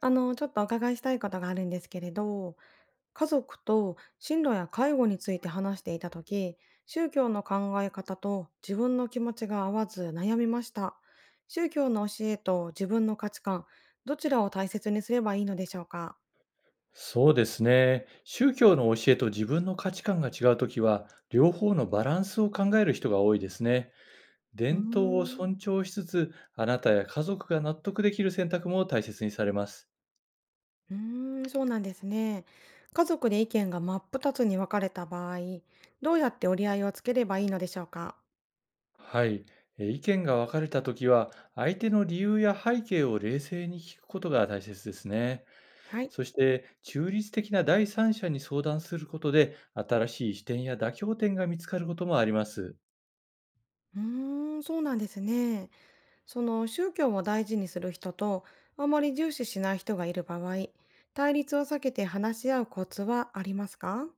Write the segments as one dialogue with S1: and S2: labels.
S1: あの、ちょっとお伺いしたいことがあるんですけれど、家族と進路や介護について話していた時、宗教の考え方と自分の気持ちが合わず悩みました。宗教の教えと自分の価値観、どちらを大切にすればいいのでしょうか？
S2: そうですね。宗教の教えと自分の価値観が違うときは、両方のバランスを考える人が多いですね。
S1: うー
S2: 伝統を
S1: ん、
S2: 尊重しつつ、あなたや家族が納得できる選択も大切にされます。
S1: うーん、そうなんですね。家族で意見が真っ二つに分かれた場合、どうやって折り合いをつければいいのでしょうか？
S2: はい。意見が分かれたときは、相手の理由や背景を冷静に聞くことが大切ですね。
S1: はい。
S2: そして、中立的な第三者に相談することで、新しい視点や妥協点が見つかることもあります。
S1: うーん、そうなんですね。その宗教を大事にする人と、あまり重視しない人がいる場合、対立を避けて話し合うコツはありますか？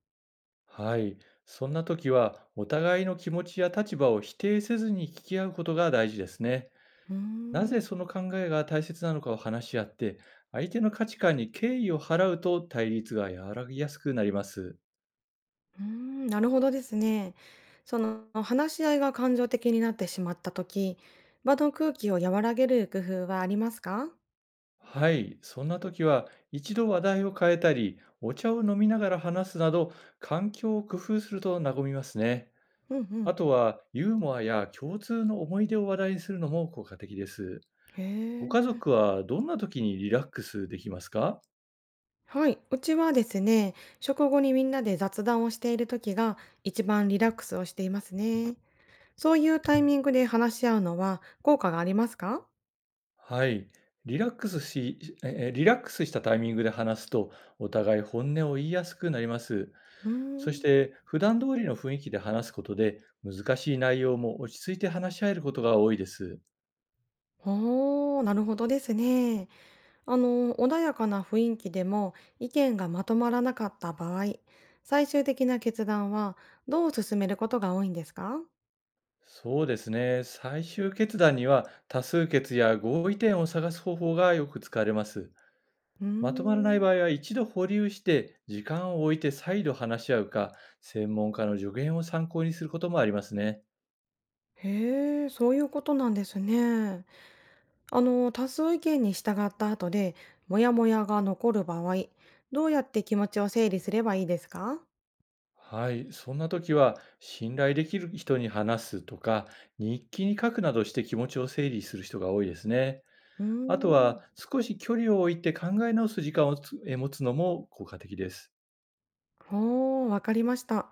S2: はい。そんな時は、お互いの気持ちや立場を否定せずに聞き合うことが大事ですね。
S1: うー
S2: なぜ
S1: ん、
S2: その考えが大切なのかを話し合って、相手の価値観に敬意を払うと対立が和らぎやすくなります。
S1: うーん、なるほどですね。その話し合いが感情的になってしまった時、場の空気を和らげる工夫はありますか？
S2: はい。そんな時は、一度話題を変えたり、お茶を飲みながら話すなど、環境を工夫すると和みますね。
S1: うんうん。
S2: あとは、ユーモアや共通の思い出を話題にするのも効果的です。
S1: へ
S2: ご家
S1: え。
S2: 族はどんな時にリラックスできますか？
S1: はい。うちはですね、食後にみんなで雑談をしている時が一番リラックスをしていますね。そういうタイミングで話し合うのは効果がありますか？
S2: はい。リラックスしたタイミングで話すと、お互い本音を言いやすくなります。
S1: うー
S2: そし
S1: ん。
S2: て、普段通りの雰囲気で話すことで、難しい内容も落ち着いて話し合えることが多いです。
S1: おお、なるほどですね。あの、穏やかな雰囲気でも意見がまとまらなかった場合、最終的な決断はどう進めることが多いんですか？
S2: そうですね。最終決断には、多数決や合意点を探す方法がよく使われます。
S1: うー
S2: まとまらない
S1: ん。
S2: 場合は、一度保留して、時間を置いて再度話し合うか、専門家の助言を参考にすることもありますね。
S1: へえ、そういうことなんですね。あの、多数意見に従った後で、モヤモヤが残る場合、どうやって気持ちを整理すればいいですか？
S2: はい、そんな時は信頼できる人に話すとか、日記に書くなどして気持ちを整理する人が多いですね。
S1: うー
S2: あと
S1: ん。
S2: は少し距離を置いて考え直す時間をつえ持つのも効果的です。
S1: おー、わかりました。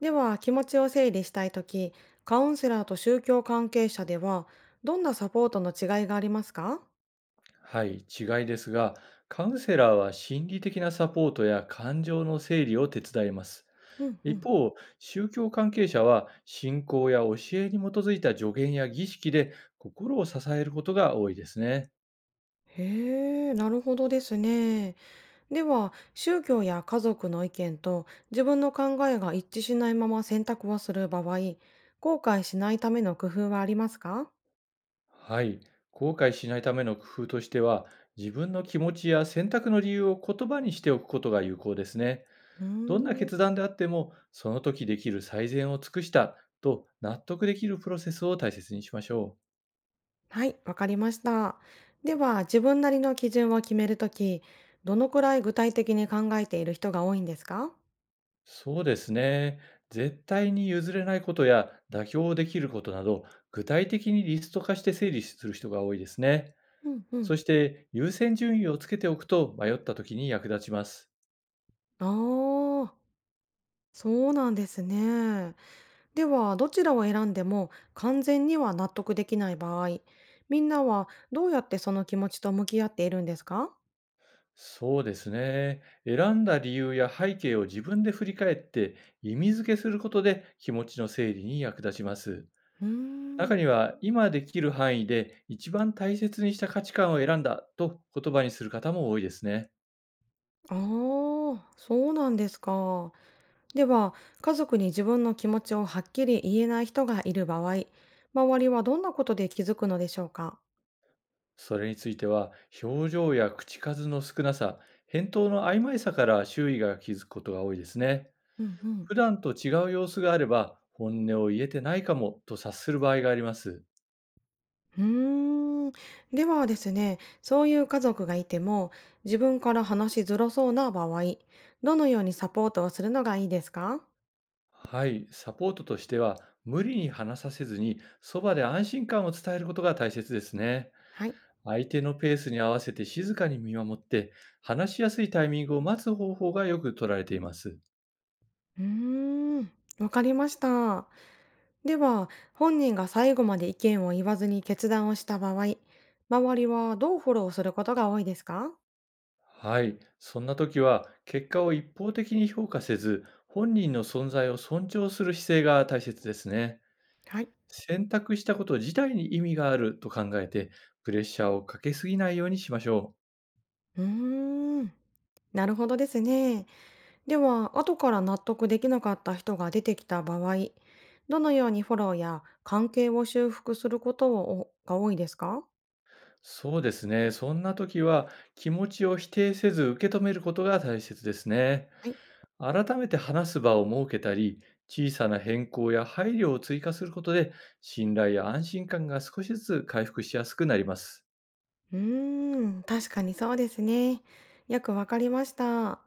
S1: では、気持ちを整理したいとき、カウンセラーと宗教関係者では、どんなサポートの違いがありますか？
S2: はい、違いですが、カウンセラーは心理的なサポートや感情の整理を手伝います。
S1: うんう
S2: 一
S1: ん。
S2: 方、宗教関係者は信仰や教えに基づいた助言や儀式で心を支えることが多いですね。
S1: へえ、なるほどですね。では、宗教や家族の意見と自分の考えが一致しないまま選択をする場合、後悔しないための工夫はありますか？
S2: はい。後悔しないための工夫としては、自分の気持ちや選択の理由を言葉にしておくことが有効ですね。
S1: う
S2: どんな
S1: ーん。
S2: 決断であっても、その時できる最善を尽くしたと納得できるプロセスを大切にしましょう。
S1: はい、わかりました。では、自分なりの基準を決めるとき、どのくらい具体的に考えている人が多いんですか？
S2: そうですね。絶対に譲れないことや妥協できることなど、具体的にリスト化して整理する人が多いですね。
S1: うんうん。
S2: そして、優先順位をつけておくと迷った時に役立ちます。
S1: ああ、そうなんですね。では、どちらを選んでも完全には納得できない場合、みんなはどうやってその気持ちと向き合っているんですか？
S2: そうですね。選んだ理由や背景を自分で振り返って意味付けすることで気持ちの整理に役立ちます。
S1: うー
S2: 中に
S1: ん。
S2: は今できる範囲で一番大切にした価値観を選んだと言葉にする方も多いですね。
S1: ああ、そうなんですか。では、家族に自分の気持ちをはっきり言えない人がいる場合、周りはどんなことで気づくのでしょうか？
S2: それについては表情や口数の少なさ、返答の曖昧さから周囲が気づくことが多いですね。
S1: うんうん。
S2: 普段と違う様子があれば本音を言えてないかもと察する場合があります。
S1: うーん。ではですね、そういう家族がいても、自分から話しづらそうな場合、どのようにサポートをするのがいいですか？
S2: はい、サポートとしては、無理に話させずに、そばで安心感を伝えることが大切ですね。
S1: はい。
S2: 相手のペースに合わせて静かに見守って、話しやすいタイミングを待つ方法がよく取られています。
S1: うーん。わかりました。では、本人が最後まで意見を言わずに決断をした場合、周りはどうフォローすることが多いですか？
S2: はい、そんな時は、結果を一方的に評価せず、本人の存在を尊重する姿勢が大切ですね。
S1: はい。
S2: 選択したこと自体に意味があると考えて、プレッシャーをかけすぎないようにしましょう。
S1: うーん。なるほどですね。では、後から納得できなかった人が出てきた場合、どのようにフォローや関係を修復することをが多いですか？
S2: そうですね。そんな時は気持ちを否定せず受け止めることが大切ですね。
S1: はい。
S2: 改めて話す場を設けたり、小さな変更や配慮を追加することで、信頼や安心感が少しずつ回復しやすくなります。
S1: うーん、確かにそうですね。よくわかりました。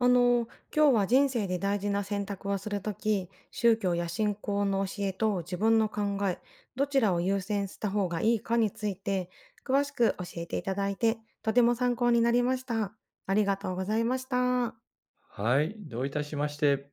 S1: あの、今日は人生で大事な選択をするとき、宗教や信仰の教えと自分の考え、どちらを優先した方がいいかについて、詳しく教えていただいて、とても参考になりました。ありがとうございました。
S2: はい、どういたしまして。